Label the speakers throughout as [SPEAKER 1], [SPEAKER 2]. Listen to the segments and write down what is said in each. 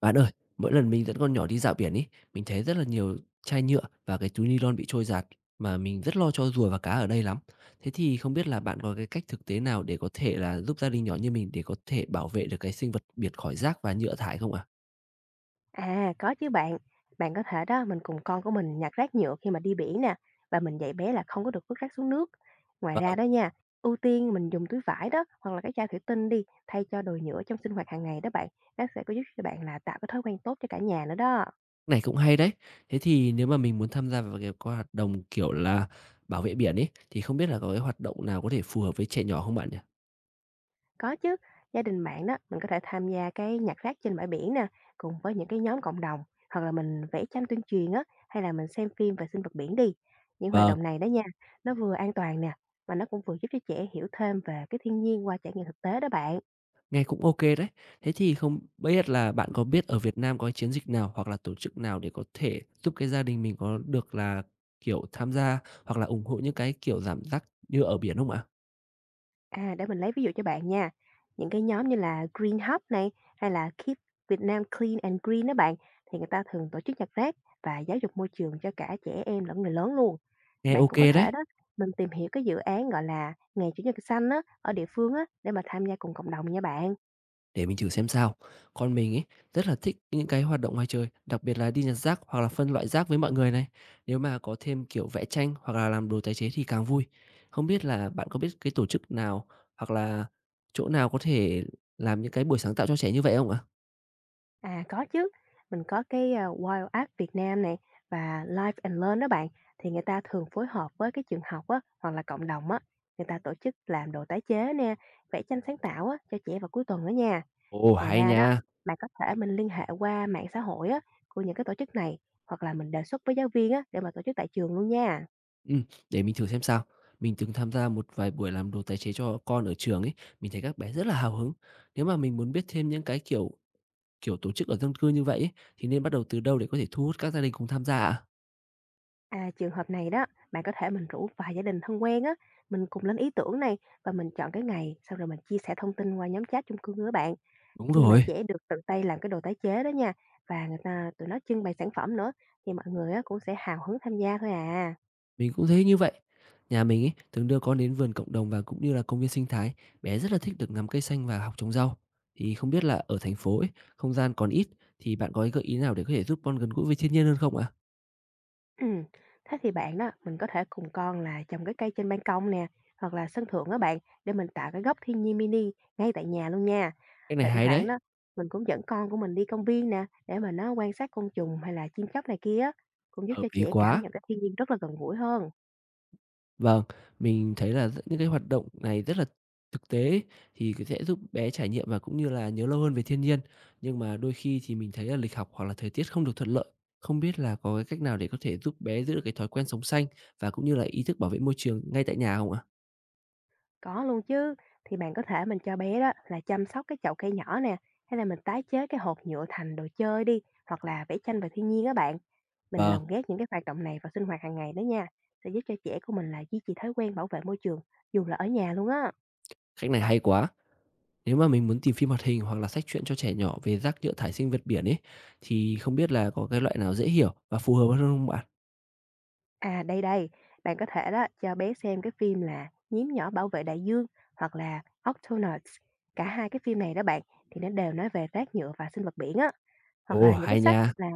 [SPEAKER 1] Bạn ơi, mỗi lần mình dẫn con nhỏ đi dạo biển ấy, mình thấy rất là nhiều chai nhựa và cái túi ni lông bị trôi giạt mà mình rất lo cho rùa và cá ở đây lắm. Thế thì không biết là bạn có cái cách thực tế nào để có thể là giúp gia đình nhỏ như mình để có thể bảo vệ được cái sinh vật biển khỏi rác và nhựa thải không ạ?
[SPEAKER 2] À, có chứ bạn. Bạn có thể đó, mình cùng con của mình nhặt rác nhựa khi mà đi biển nè, và mình dạy bé là không có được vứt rác xuống nước. Ngoài
[SPEAKER 1] Và cái
[SPEAKER 2] ra đó nha, ưu tiên mình dùng túi vải đó, hoặc là cái chai thủy tinh đi, thay cho đồ nhựa trong sinh hoạt hàng ngày đó bạn. Nó sẽ có giúp cho bạn là tạo cái thói quen tốt cho cả nhà nữa đó.
[SPEAKER 1] này cũng hay đấy. Thế thì nếu mà mình muốn tham gia vào cái hoạt động kiểu là bảo vệ biển ấy thì không biết là có cái hoạt động nào có thể phù hợp với trẻ nhỏ không bạn nhỉ?
[SPEAKER 2] Có chứ, gia đình bạn đó, mình có thể tham gia cái nhặt rác trên bãi biển nè, cùng với những cái nhóm cộng đồng, hoặc là mình vẽ tranh tuyên truyền á, hay là mình xem phim về sinh vật biển đi. Những hoạt
[SPEAKER 1] Vâng.
[SPEAKER 2] động này đó nha, nó vừa an toàn nè, mà nó cũng vừa giúp cho trẻ hiểu thêm về cái thiên nhiên qua trải nghiệm thực tế đó bạn.
[SPEAKER 1] Nghe cũng ok đấy. Thế thì không biết là bạn có biết ở Việt Nam có chiến dịch nào hoặc là tổ chức nào để có thể giúp cái gia đình mình có được là, kiểu, tham gia hoặc là ủng hộ những cái kiểu giảm rác như ở biển không ạ?
[SPEAKER 2] À, để mình lấy ví dụ cho bạn nha. Những cái nhóm như là Green Hub này, hay là Keep Việt Nam Clean and Green đó bạn, thì người ta thường tổ chức nhặt rác và giáo dục môi trường cho cả trẻ em lẫn người lớn luôn.
[SPEAKER 1] Nghe
[SPEAKER 2] Bạn
[SPEAKER 1] ok
[SPEAKER 2] cũng có
[SPEAKER 1] đấy,
[SPEAKER 2] thể đó, mình tìm hiểu cái dự án gọi là Ngày Chủ nhật xanh á, ở địa phương á, để mà tham gia cùng cộng đồng nha bạn.
[SPEAKER 1] để mình thử xem sao. Con mình ấy rất là thích những cái hoạt động ngoài trời, đặc biệt là đi nhặt rác hoặc là phân loại rác với mọi người này. Nếu mà có thêm, kiểu, vẽ tranh hoặc là làm đồ tái chế thì càng vui. Không biết là bạn có biết cái tổ chức nào hoặc là chỗ nào có thể làm những cái buổi sáng tạo cho trẻ như vậy không ạ?
[SPEAKER 2] À có chứ, mình có cái Wild Art Việt Nam này và Live and Learn đó bạn, thì người ta thường phối hợp với cái trường học á, hoặc là cộng đồng á, người ta tổ chức làm đồ tái chế nè, vẽ tranh sáng tạo á, cho trẻ vào cuối tuần đó nha.
[SPEAKER 1] Ồ,
[SPEAKER 2] Ngoài
[SPEAKER 1] hay
[SPEAKER 2] ra đó,
[SPEAKER 1] nha!
[SPEAKER 2] bạn có thể mình liên hệ qua mạng xã hội á, của những cái tổ chức này, hoặc là mình đề xuất với giáo viên á, để mà tổ chức tại trường luôn nha.
[SPEAKER 1] Ừm, để mình thử xem sao. Mình từng tham gia một vài buổi làm đồ tái chế cho con ở trường ấy, mình thấy các bé rất là hào hứng. Nếu mà mình muốn biết thêm những cái kiểu kiểu tổ chức ở dân cư như vậy ấy, thì nên bắt đầu từ đâu để có thể thu hút các gia đình cùng tham gia ạ?
[SPEAKER 2] À, trường hợp này đó, bạn có thể mình rủ vài gia đình thân quen á, mình cùng lên ý tưởng này và mình chọn cái ngày, sau rồi mình chia sẻ thông tin qua nhóm chat chung cư với bạn.
[SPEAKER 1] Đúng
[SPEAKER 2] Khi mà
[SPEAKER 1] rồi,
[SPEAKER 2] trẻ được tự tay làm cái đồ tái chế đó nha, và người ta tụi nó trưng bày sản phẩm nữa, thì mọi người á, cũng sẽ hào hứng tham gia thôi à.
[SPEAKER 1] mình cũng thấy như vậy. Nhà mình ấy từng đưa con đến vườn cộng đồng và cũng như là công viên sinh thái, bé rất là thích được ngắm cây xanh và học trồng rau. Thì không biết là ở thành phố ấy, không gian còn ít thì bạn có cái gợi ý nào để có thể giúp con gần gũi với thiên nhiên hơn không ạ?
[SPEAKER 2] Ừm, thế thì bạn đó, mình có thể cùng con là trồng cái cây trên ban công nè, hoặc là sân thượng đó bạn, để mình tạo cái góc thiên nhiên mini ngay tại nhà luôn nha.
[SPEAKER 1] Cái này
[SPEAKER 2] Thỉnh
[SPEAKER 1] hay đấy,
[SPEAKER 2] thoảng đó, mình cũng dẫn con của mình đi công viên nè, để mà nó quan sát côn trùng hay là chim chóc này kia cũng giúp
[SPEAKER 1] hợp
[SPEAKER 2] cho
[SPEAKER 1] lý
[SPEAKER 2] trẻ cảm
[SPEAKER 1] quá!
[SPEAKER 2] nhận cái thiên nhiên rất là gần gũi hơn.
[SPEAKER 1] Vâng, mình thấy là rất những cái hoạt động này rất là thực tế thì sẽ giúp bé trải nghiệm và cũng như là nhớ lâu hơn về thiên nhiên. Nhưng mà đôi khi thì mình thấy là lịch học hoặc là thời tiết không được thuận lợi, không biết là có cái cách nào để có thể giúp bé giữ được cái thói quen sống xanh và cũng như là ý thức bảo vệ môi trường ngay tại nhà không ạ?
[SPEAKER 2] Có luôn chứ, thì bạn có thể mình cho bé đó là chăm sóc cái chậu cây nhỏ nè, hay là mình tái chế cái hộp nhựa thành đồ chơi đi, hoặc là vẽ tranh về thiên nhiên các bạn. Mình
[SPEAKER 1] Vâng,
[SPEAKER 2] lồng ghép những cái hoạt động này vào sinh hoạt hàng ngày đó nha, sẽ giúp cho trẻ của mình là duy trì thói quen bảo vệ môi trường dù là ở nhà luôn á.
[SPEAKER 1] cách này hay quá. Nếu mà mình muốn tìm phim hoạt hình hoặc là sách truyện cho trẻ nhỏ về rác nhựa thải sinh vật biển ấy, thì không biết là có cái loại nào dễ hiểu và phù hợp hơn không bạn?
[SPEAKER 2] À đây đây, bạn có thể đó cho bé xem cái phim là Nhím nhỏ bảo vệ đại dương hoặc là Octonauts. Cả hai cái phim này đó bạn thì nó đều nói về rác nhựa và sinh vật biển á. Hoặc
[SPEAKER 1] Ồ,
[SPEAKER 2] là những cái
[SPEAKER 1] hay
[SPEAKER 2] sách
[SPEAKER 1] nha.
[SPEAKER 2] là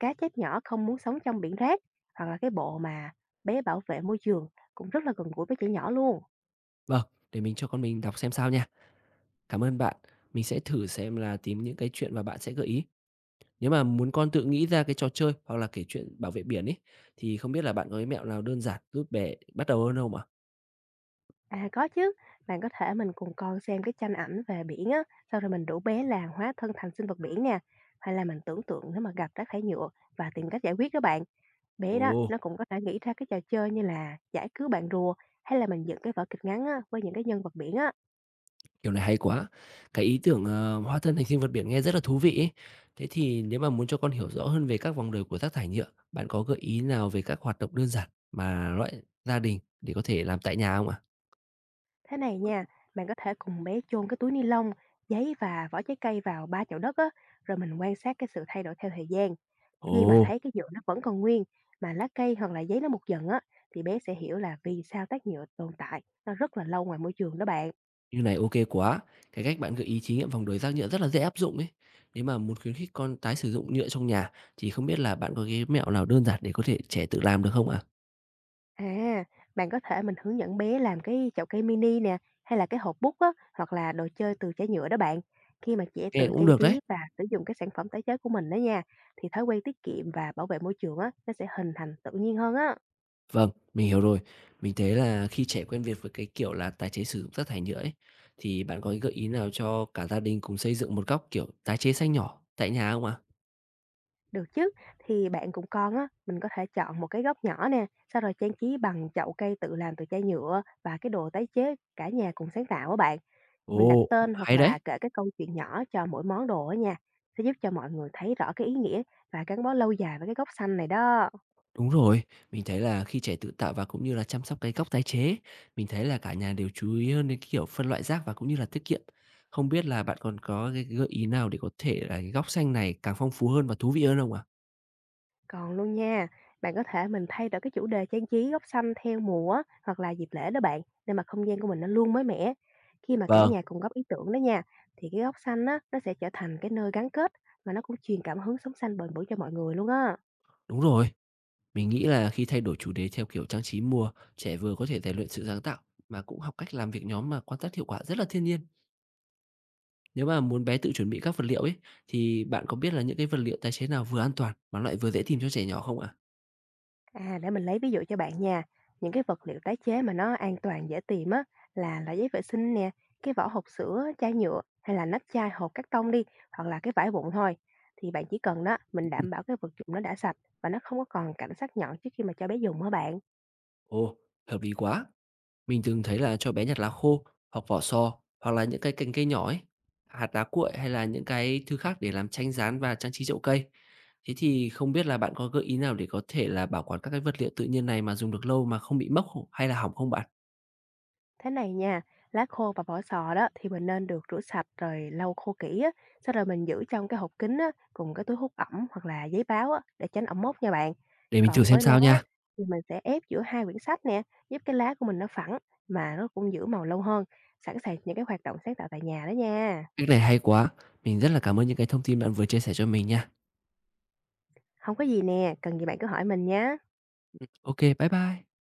[SPEAKER 2] "Cá chép nhỏ không muốn sống trong biển rác", hoặc là cái bộ mà "Bé bảo vệ môi trường" cũng rất là gần gũi với trẻ nhỏ luôn.
[SPEAKER 1] Vâng, để mình cho con mình đọc xem sao nha. Cảm ơn bạn. Mình sẽ thử xem là tìm những cái chuyện mà bạn sẽ gợi ý. Nếu mà muốn con tự nghĩ ra cái trò chơi hoặc là kể chuyện bảo vệ biển ấy thì không biết là bạn có cái mẹo nào đơn giản giúp bé bắt đầu hơn không ạ?
[SPEAKER 2] À, có chứ, bạn có thể mình cùng con xem cái tranh ảnh về biển á, sau rồi mình rủ bé là hóa thân thành sinh vật biển nè, hay là mình tưởng tượng nếu mà gặp rác thải nhựa và tìm cách giải quyết đó bạn. Bé đó,
[SPEAKER 1] Ồ,
[SPEAKER 2] nó cũng có thể nghĩ ra cái trò chơi như là giải cứu bạn rùa, hay là mình dựng cái vở kịch ngắn á với những cái nhân vật biển á.
[SPEAKER 1] kiểu này hay quá. Cái ý tưởng hóa thân thành sinh vật biển nghe rất là thú vị ấy. Thế thì nếu mà muốn cho con hiểu rõ hơn về các vòng đời của rác thải nhựa, bạn có gợi ý nào về các hoạt động đơn giản mà loại gia đình để có thể làm tại nhà không ạ?
[SPEAKER 2] Thế này nha, bạn có thể cùng bé chôn cái túi ni lông, giấy và vỏ trái cây vào ba chậu đất á, rồi mình quan sát cái sự thay đổi theo thời gian. Khi mà
[SPEAKER 1] Ồ,
[SPEAKER 2] thấy cái nhựa nó vẫn còn nguyên, mà lá cây hoặc là giấy nó mục dần á, thì bé sẽ hiểu là vì sao tác nhựa tồn tại nó rất là lâu ngoài môi trường đó bạn.
[SPEAKER 1] như này ok quá. Cái cách bạn gợi ý thí nghiệm vòng đời rác nhựa rất là dễ áp dụng ấy. Nếu mà muốn khuyến khích con tái sử dụng nhựa trong nhà thì không biết là bạn có cái mẹo nào đơn giản để có thể trẻ tự làm được không ạ?
[SPEAKER 2] À, bạn có thể mình hướng dẫn bé làm cái chậu cây mini nè, hay là cái hộp bút á, hoặc là đồ chơi từ trái nhựa đó bạn. Khi mà trẻ
[SPEAKER 1] Nghe
[SPEAKER 2] tự
[SPEAKER 1] cũng
[SPEAKER 2] trang
[SPEAKER 1] được đấy.
[SPEAKER 2] trí và sử dụng cái sản phẩm tái chế của mình đó nha, thì thói quen tiết kiệm và bảo vệ môi trường á, nó sẽ hình thành tự nhiên hơn á.
[SPEAKER 1] Vâng, mình hiểu rồi. Mình thấy là khi trẻ quen việc với cái kiểu là tái chế sử dụng rác thải nhựa ấy thì bạn có cái gợi ý nào cho cả gia đình cùng xây dựng một góc kiểu tái chế xanh nhỏ tại nhà không ạ?
[SPEAKER 2] Được chứ. Thì bạn cùng con á, mình có thể chọn một cái góc nhỏ nè, sau rồi trang trí bằng chậu cây tự làm từ chai nhựa và cái đồ tái chế cả nhà cùng sáng tạo á bạn. Mình đặt
[SPEAKER 1] Ồ,
[SPEAKER 2] tên hoặc
[SPEAKER 1] hay đấy.
[SPEAKER 2] là kể cái câu chuyện nhỏ cho mỗi món đồ á nha, sẽ giúp cho mọi người thấy rõ cái ý nghĩa và gắn bó lâu dài với cái góc xanh này đó.
[SPEAKER 1] Đúng rồi, mình thấy là khi trẻ tự tạo và cũng như là chăm sóc cái cốc tái chế, mình thấy là cả nhà đều chú ý hơn đến cái kiểu phân loại rác và cũng như là tiết kiệm. Không biết là bạn còn có cái gợi ý nào để có thể là cái góc xanh này càng phong phú hơn và thú vị hơn không ạ?
[SPEAKER 2] Còn luôn nha, bạn có thể mình thay đổi cái chủ đề trang trí góc xanh theo mùa á, hoặc là dịp lễ đó bạn, để mà không gian của mình nó luôn mới mẻ. Khi mà cả
[SPEAKER 1] Vâng,
[SPEAKER 2] nhà cùng góp ý tưởng đó nha, thì cái góc xanh á, nó sẽ trở thành cái nơi gắn kết và nó cũng truyền cảm hứng sống xanh bền vững cho mọi người luôn á.
[SPEAKER 1] đúng rồi. Mình nghĩ là khi thay đổi chủ đề theo kiểu trang trí mùa, trẻ vừa có thể rèn luyện sự sáng tạo mà cũng học cách làm việc nhóm mà quan sát hiệu quả rất là thiên nhiên. Nếu mà muốn bé tự chuẩn bị các vật liệu ấy thì bạn có biết là những cái vật liệu tái chế nào vừa an toàn mà lại vừa dễ tìm cho trẻ nhỏ không ạ?
[SPEAKER 2] À, để mình lấy ví dụ cho bạn nha. Những cái vật liệu tái chế mà nó an toàn dễ tìm á là giấy vệ sinh nè, cái vỏ hộp sữa, chai nhựa hay là nắp chai, hộp cắt tông đi, hoặc là cái vải vụn thôi. Thì bạn chỉ cần đó,
[SPEAKER 1] Ừ.
[SPEAKER 2] mình đảm bảo cái vật dụng nó đã sạch và nó không có còn cảnh sắc nhọn trước khi mà cho bé dùng hả bạn?
[SPEAKER 1] Ồ, hợp lý quá. Mình thường thấy là cho bé nhặt lá khô hoặc vỏ sò hoặc là những cái cành cây nhỏ ấy, hạt đá cuội hay là những cái thứ khác để làm tranh rán và trang trí chậu cây. Thế thì không biết là bạn có gợi ý nào để có thể là bảo quản các cái vật liệu tự nhiên này mà dùng được lâu mà không bị mốc hay là hỏng không bạn?
[SPEAKER 2] Thế này nha, lá khô và vỏ sò đó thì mình nên được rửa sạch rồi lau khô kỹ á, sau rồi mình giữ trong cái hộp kín á, cùng cái túi hút ẩm hoặc là giấy báo á, để tránh ẩm mốc nha bạn.
[SPEAKER 1] Để mình thử
[SPEAKER 2] Còn
[SPEAKER 1] xem
[SPEAKER 2] với
[SPEAKER 1] sao
[SPEAKER 2] lá
[SPEAKER 1] nha.
[SPEAKER 2] thì mình sẽ ép giữa hai quyển sách nè, giúp cái lá của mình nó phẳng mà nó cũng giữ màu lâu hơn. Sẵn sàng những cái hoạt động sáng tạo tại nhà đó nha.
[SPEAKER 1] Cách này hay quá. Mình rất là cảm ơn những cái thông tin bạn vừa chia sẻ cho mình nha.
[SPEAKER 2] Không có gì nè, cần gì bạn cứ hỏi mình nhé.
[SPEAKER 1] Ok, bye bye.